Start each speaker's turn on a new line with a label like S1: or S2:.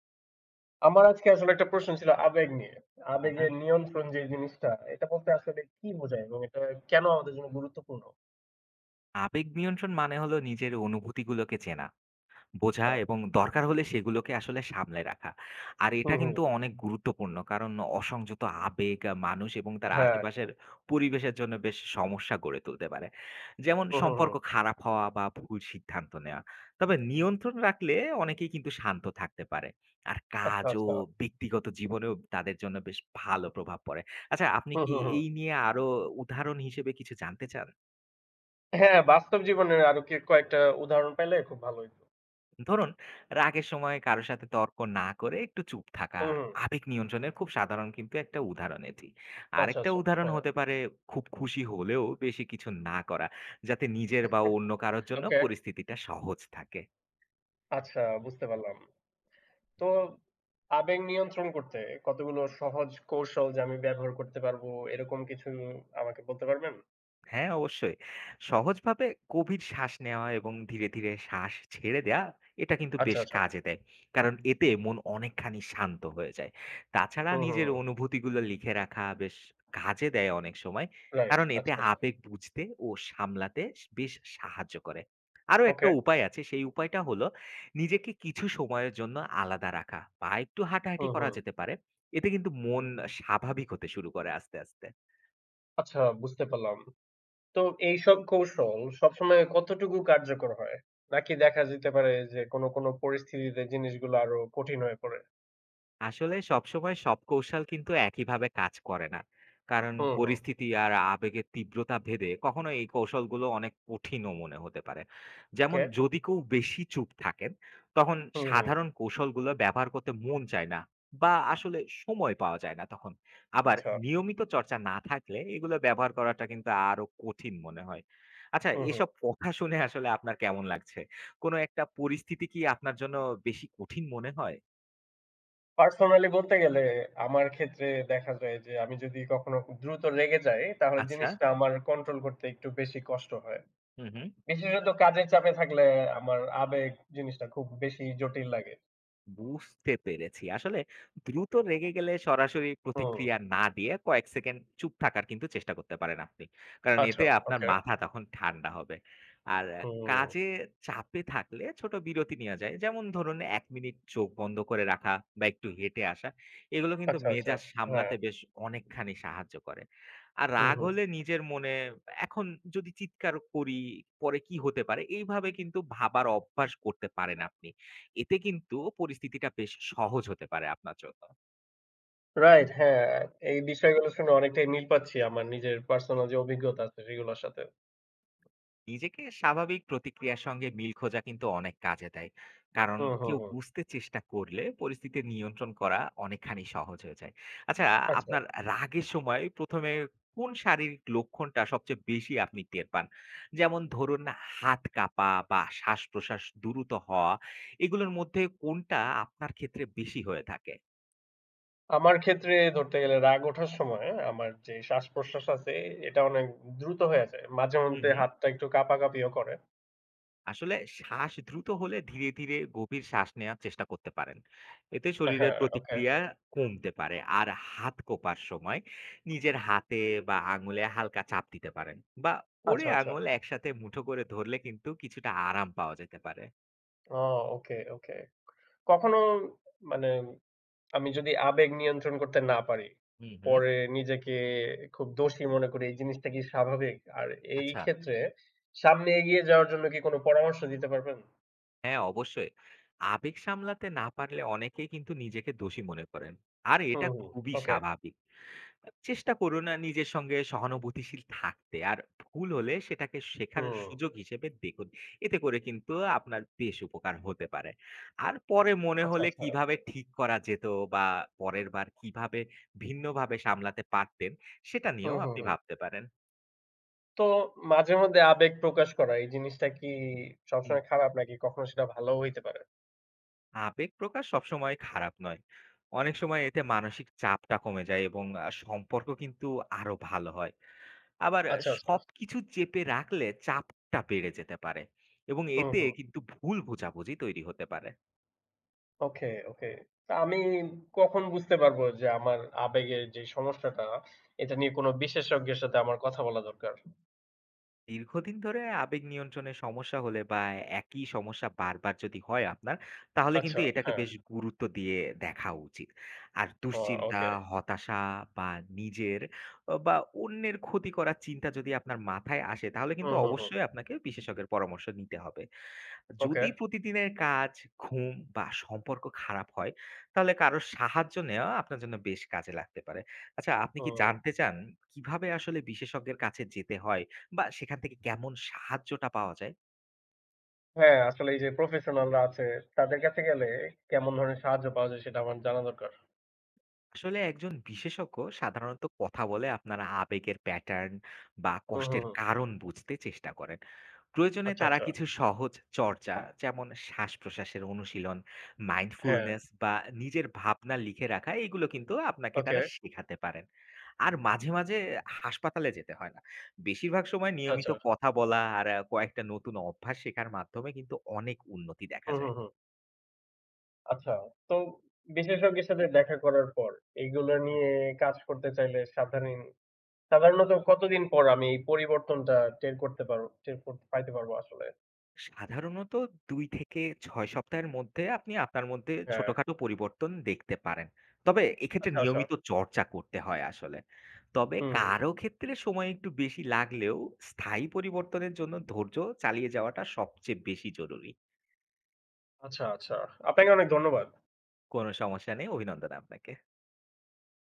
S1: আমার আজকে আসলে একটা প্রশ্ন ছিল আবেগ নিয়ে।
S2: হুম,
S1: আবেগের
S2: হুম।
S1: নিয়ন্ত্রণ যে জিনিসটা, এটা বলতে আসলে কি বোঝায় এবং এটা কেন আমাদের জন্য গুরুত্বপূর্ণ?
S2: আবেগ নিয়ন্ত্রণ মানে হলো নিজের অনুভূতিগুলোকে চেনা, বোঝা
S1: না।
S2: এবং দরকার হলে সেগুলোকে আসলে সামলে রাখা। আর
S1: হুম,
S2: এটা
S1: হুম।
S2: কিন্তু অনেক গুরুত্বপূর্ণ কারণ অসংযত আবেগ মানুষ এবং তার
S1: হ্যাঁ।
S2: আশেপাশের পরিবেশের জন্য বেশ সমস্যা গড়ে তুলতে পারে। যেমন
S1: হুম, হুম, হুম।
S2: সম্পর্ক খারাপ হওয়া বা ভুল সিদ্ধান্ত নেওয়া। তবে নিয়ন্ত্রণ রাখলে অনেকেই কিন্তু শান্ত থাকতে পারে। আর
S1: আচ্ছা,
S2: কাজ ও
S1: আচ্ছা।
S2: ব্যক্তিগত জীবনেও তাদের জন্য বেশ ভালো প্রভাব পড়ে। আচ্ছা আপনি
S1: হুম,
S2: কি
S1: হুম, হুম।
S2: এই নিয়ে আরো উদাহরণ হিসেবে কিছু জানতে চান?
S1: হ্যাঁ, বাস্তব জীবনের আরো কি কয়েকটা উদাহরণ পাইলে খুব ভালো হইত।
S2: ধরুন, রাগের সময় কারো সাথে তর্ক না করে একটু চুপ থাকা।
S1: হুম, হুম।
S2: আবেগ নিয়ন্ত্রণের খুব সাধারণ কিন্তু একটা উদাহরণ এটি।
S1: আচ্ছা,
S2: আরেকটা
S1: আচ্ছা।
S2: উদাহরণ
S1: হ্যাঁ।
S2: হতে পারে খুব খুশি হলেও বেশি কিছু না করা। যাতে নিজের বা অন্য কারোর জন্য
S1: ওকে।
S2: পরিস্থিতিটা সহজ থাকে।
S1: আচ্ছা, বুঝতে পারলাম। তো আবেগ নিয়ন্ত্রণ করতে কতগুলো সহজ কৌশল যে আমি ব্যবহার করতে পারবো এরকম কিছু আমাকে বলতে পারবেন?
S2: হ্যাঁ, অবশ্যই। সহজভাবে গভীর শ্বাস নেওয়া এবং ধীরে, ধীরে শ্বাস ছেড়ে দেয়া এটা কিন্তু
S1: আচ্ছা,
S2: বেশ
S1: আচ্ছা।
S2: কাজে দেয়। কারণ এতে মন অনেকখানি শান্ত হয়ে যায়। তাছাড়া
S1: হুম, হুম,
S2: নিজের
S1: হুম।
S2: অনুভূতিগুলো লিখে রাখা বেশ কাজে দেয় অনেক সময়।
S1: রাইট।
S2: কারণ এতে
S1: আচ্ছা, আচ্ছা।
S2: আবেগ বুঝতে ও সামলাতে বেশ সাহায্য করে। আরো
S1: ওকে।
S2: একটা উপায় আছে, সেই উপায়টা হলো নিজেকে কিছু সময়ের জন্য আলাদা রাখা বা একটু হাঁটাহাঁটি
S1: হুম,
S2: করা
S1: হুম।
S2: যেতে পারে। এতে কিন্তু মন স্বাভাবিক হতে শুরু করে আস্তে, আস্তে।
S1: আচ্ছা, বুঝতে পারলাম। তো এইসব কৌশল সবসময় কতটুকু কার্যকর হয়? নাকি দেখা যেতে পারে যে কোন পরিস্থিতিতে জিনিসগুলো আরো কঠিন হয়ে পড়ে?
S2: আসলে সবসময় সব কৌশল কিন্তু একইভাবে কাজ করে না। কারণ
S1: হুম, হুম।
S2: পরিস্থিতি আর আবেগের তীব্রতা ভেদে কখনো এই কৌশলগুলো অনেক কঠিনও মনে হতে পারে।
S1: ওকে।
S2: যেমন যদি কেউ বেশি চুপ থাকেন, তখন
S1: হুম, হুম।
S2: সাধারণ কৌশলগুলো ব্যবহার করতে মন চায় না বা আসলে সময় পাওয়া যায় না তখন। আবার
S1: আচ্ছা।
S2: নিয়মিত চর্চা না থাকলে এগুলো ব্যবহার করাটা কিন্তু আরো কঠিন মনে হয়। আচ্ছা
S1: হুম, হুম।
S2: এসব কথা শুনে আসলে আপনার কেমন লাগছে? কোনো একটা পরিস্থিতি কি আপনার জন্য বেশি কঠিন মনে হয়?
S1: পার্সোনালি বলতে গেলে আমার ক্ষেত্রে দেখা যায় যে আমি যদি কখনো খুব দ্রুত রেগে যাই তাহলে
S2: আচ্ছা।
S1: জিনিসটা আমার কন্ট্রোল করতে একটু বেশি কষ্ট হয়।
S2: হু, হু।
S1: বিশেষত কাজের চাপে থাকলে আমার আবেগ জিনিসটা খুব বেশি জটিল লাগে।
S2: বুঝতে পেরেছি। আসলে দ্রুত রেগে গেলে সরাসরি
S1: হুম।
S2: প্রতিক্রিয়া না দিয়ে কয়েক সেকেন্ড চুপ থাকার কিন্তু চেষ্টা করতে পারেন আপনি। কারণ এতে
S1: আচ্ছা।
S2: আপনার
S1: ওকে।
S2: মাথা তখন ঠান্ডা হবে। আর
S1: হুম।
S2: কাজে চাপে থাকলে ছোট বিরতি নেওয়া যায়। যেমন ধরুন ১ মিনিট চোখ বন্ধ করে রাখা বা একটু হেঁটে আসা। এগুলো কিন্তু
S1: আচ্ছা, আচ্ছা।
S2: মেজাজ
S1: হ্যাঁ।
S2: সামলাতে বেশ অনেকখানি সাহায্য করে। আর
S1: হুম,
S2: রাগ
S1: হুম।
S2: হলে নিজের মনে এখন যদি চিৎকার করি পরে কি হতে পারে এইভাবে কিন্তু ভাবার অভ্যাস করতে পারেন আপনি। এতে কিন্তু পরিস্থিতিটা বেশ সহজ হতে পারে আপনার জন্য।
S1: রাইট, হ্যাঁ। এই বিষয়গুলো শুনে অনেকটাই মিল পাচ্ছি আমার নিজের পার্সোনাল যে অভিজ্ঞতা আছে সেগুলোর সাথে।
S2: নিজেকে স্বাভাবিক প্রতিক্রিয়ার সঙ্গে মিল খোঁজা কিন্তু অনেক কাজে দেয়। কারণ
S1: হুম, হুম,
S2: কেউ
S1: হুম।
S2: বুঝতে চেষ্টা করলে পরিস্থিতি নিয়ন্ত্রণ করা অনেকখানি সহজ হয়ে যায়। আচ্ছা,
S1: আচ্ছা,
S2: আপনার রাগের সময় ১ম এ কোন শারীরিক লক্ষণটা সবচেয়ে বেশি আপনি টের পান? যেমন ধরুন হাত কাঁপা বা শ্বাসপ্রশ্বাস দ্রুত হওয়া, এগুলোর মধ্যে কোনটা আপনার ক্ষেত্রে বেশি হয়ে থাকে?
S1: আমার ক্ষেত্রে ধরতে গেলে রাগ ওঠার সময় হ্যাঁ, আমার যে শ্বাসপ্রশ্বাস আছে এটা অনেক দ্রুত হয়ে যায়।
S2: হু,
S1: মাঝেমধ্যে
S2: হু।
S1: হাতটা একটু কাঁপাকাঁপিও করে।
S2: আসলে শ্বাস দ্রুত হলে ধীরে ধীরে গভীর শ্বাস নেওয়ার চেষ্টা করতে পারেন এতে শরীরের
S1: হ্যাঁ, ওকে।
S2: প্রতিক্রিয়া কমতে পারে আর হাত কোপার সময় নিজের হাতে বা আঙুলে হালকা চাপ দিতে পারেন বা করে
S1: আচ্ছা, আচ্ছা।
S2: আঙুল একসাথে মুঠো করে ধরলে কিন্তু কিছুটা আরাম পাওয়া যেতে পারে।
S1: ও ওকে, ওকে। কখনো মানে আমি যদি আবেগ নিয়ন্ত্রণ করতে না পারি,
S2: হুম, হুম।
S1: পরে নিজেকে খুব দোষী মনে করি। এই জিনিসটা কি স্বাভাবিক? আর এই
S2: আচ্ছা।
S1: ক্ষেত্রে সামনে এগিয়ে যাওয়ার জন্য কি কোনো পরামর্শ দিতে পারবেন?
S2: হ্যাঁ, অবশ্যই। আবেগ সামলাতে না পারলে অনেকেই কিন্তু নিজেকে দোষী মনে করেন। আর এটা
S1: হুম, হুম।
S2: খুবই
S1: ওকে।
S2: স্বাভাবিক। চেষ্টা করুন নিজের সঙ্গে সহানুভূতিশীল থাকতে। আর ভুল হলে সেটাকে শেখার
S1: হুম।
S2: সুযোগ হিসেবে দেখুন। এতে করে কিন্তু আপনার বেশ উপকার হতে পারে। আর পরে মনে
S1: আচ্ছা,
S2: হলে
S1: আচ্ছা।
S2: কিভাবে ঠিক করা যেত বা পরের বার কিভাবে ভিন্নভাবে সামলাতে পারতেন, সেটা
S1: হুম,
S2: নিয়েও
S1: হুম,
S2: আপনি
S1: হুম।
S2: ভাবতে পারেন।
S1: তো মাঝে মধ্যে আবেগ প্রকাশ করা এই জিনিসটা কি
S2: হুম।
S1: সবসময় খারাপ নাকি কখনো সেটা ভালোও হইতে পারে?
S2: আবেগ প্রকাশ সবসময় খারাপ নয়। অনেক সময় এতে মানসিক চাপটা কমে যায় এবং সম্পর্ক কিন্তু আরো ভালো হয়। আবার
S1: আচ্ছা, আচ্ছা।
S2: সবকিছু চেপে রাখলে চাপটা বেড়ে যেতে পারে এবং
S1: হুম,
S2: এতে
S1: হুম।
S2: কিন্তু ভুল বোঝাবুঝি তৈরি হতে পারে।
S1: ওকে, ওকে। আমি কখন বুঝতে পারবো যে আমার আবেগের যে সমস্যাটা এটা নিয়ে কোনো বিশেষজ্ঞের সাথে আমার কথা বলা দরকার?
S2: দীর্ঘদিন ধরে আবেগ নিয়ন্ত্রণে সমস্যা হলে বা একই সমস্যা বারবার যদি হয় আপনার, তাহলে কিন্তু
S1: আচ্ছা,
S2: এটাকে
S1: হ্যাঁ।
S2: বেশ গুরুত্ব দিয়ে দেখা উচিত। আর
S1: ও
S2: দুশ্চিন্তা,
S1: ওকে।
S2: হতাশা বা নিজের বা অন্যের ক্ষতি করার চিন্তা যদি আপনার মাথায় আসে, তাহলে কিন্তু
S1: হুম, হুম, হুম।
S2: অবশ্যই আপনাকে বিশেষজ্ঞের পরামর্শ নিতে হবে।
S1: ওকে।
S2: যদি প্রতিদিনের কাজ, ঘুম বা সম্পর্ক খারাপ হয়, তাহলে কারো সাহায্য নেওয়া আপনার জন্য বেশ কাজে লাগতে পারে। আচ্ছা, আপনি কি
S1: হুম।
S2: জানতে চান কিভাবে আসলে বিশেষজ্ঞের কাছে যেতে হয় বা সেখান থেকে কেমন সাহায্যটা পাওয়া যায়?
S1: হ্যাঁ, আসলে এই যে প্রফেশনালরা আছে তাদের কাছে গেলে কেমন ধরনের সাহায্য পাওয়া যায় সেটা আমার জানা দরকার।
S2: আসলে একজন বিশেষজ্ঞ সাধারণত কথা বলে আপনার আবেগের প্যাটার্ন বা
S1: হুম, হুম,
S2: কষ্টের
S1: হুম।
S2: কারণ বুঝতে চেষ্টা করেন। প্রয়োজনে
S1: আচ্ছা,
S2: তারা
S1: আচ্ছা।
S2: কিছু সহজ চর্চা যেমন শ্বাস-প্রশ্বাসের অনুশীলন,
S1: হ্যাঁ,
S2: মাইন্ডফুলনেস বা নিজের ভাবনা লিখে রাখা এগুলো কিন্তু আপনাকে
S1: ওকে।
S2: তারা শেখাতে পারেন। আর মাঝে, মাঝে হাসপাতালে যেতে হয় না। বেশিরভাগ সময় নিয়মিত
S1: আচ্ছা।
S2: কথা বলা আর কয়েকটা নতুন অভ্যাস শেখার মাধ্যমে কিন্তু অনেক উন্নতি দেখা
S1: হুম,
S2: যায়।
S1: হুম, হুম। আচ্ছা। তো বিশেষজ্ঞের সাথে দেখা করার পর এগুলো নিয়ে কাজ করতে চাইলে সাধারণত কতদিন পর আমি এই পরিবর্তনটা টের করতে পাইতে পারবো আসলে?
S2: সাধারণত ২ থেকে ৬ সপ্তাহের মধ্যে আপনি আপনার মধ্যে
S1: হ্যাঁ।
S2: ছোটখাটো পরিবর্তন দেখতে পারেন। তবে এক্ষেত্রে
S1: আচ্ছা, আচ্ছা।
S2: নিয়মিত চর্চা করতে হয় আসলে। তবে
S1: হুম, হুম।
S2: কারো ক্ষেত্রে সময় একটু বেশি লাগলেও স্থায়ী পরিবর্তনের জন্য ধৈর্য চালিয়ে যাওয়াটা সবচেয়ে বেশি জরুরি।
S1: আচ্ছা, আচ্ছা। আপনাকে অনেক ধন্যবাদ।
S2: কোনো সমস্যা নেই। অভিনন্দন আপনাকে।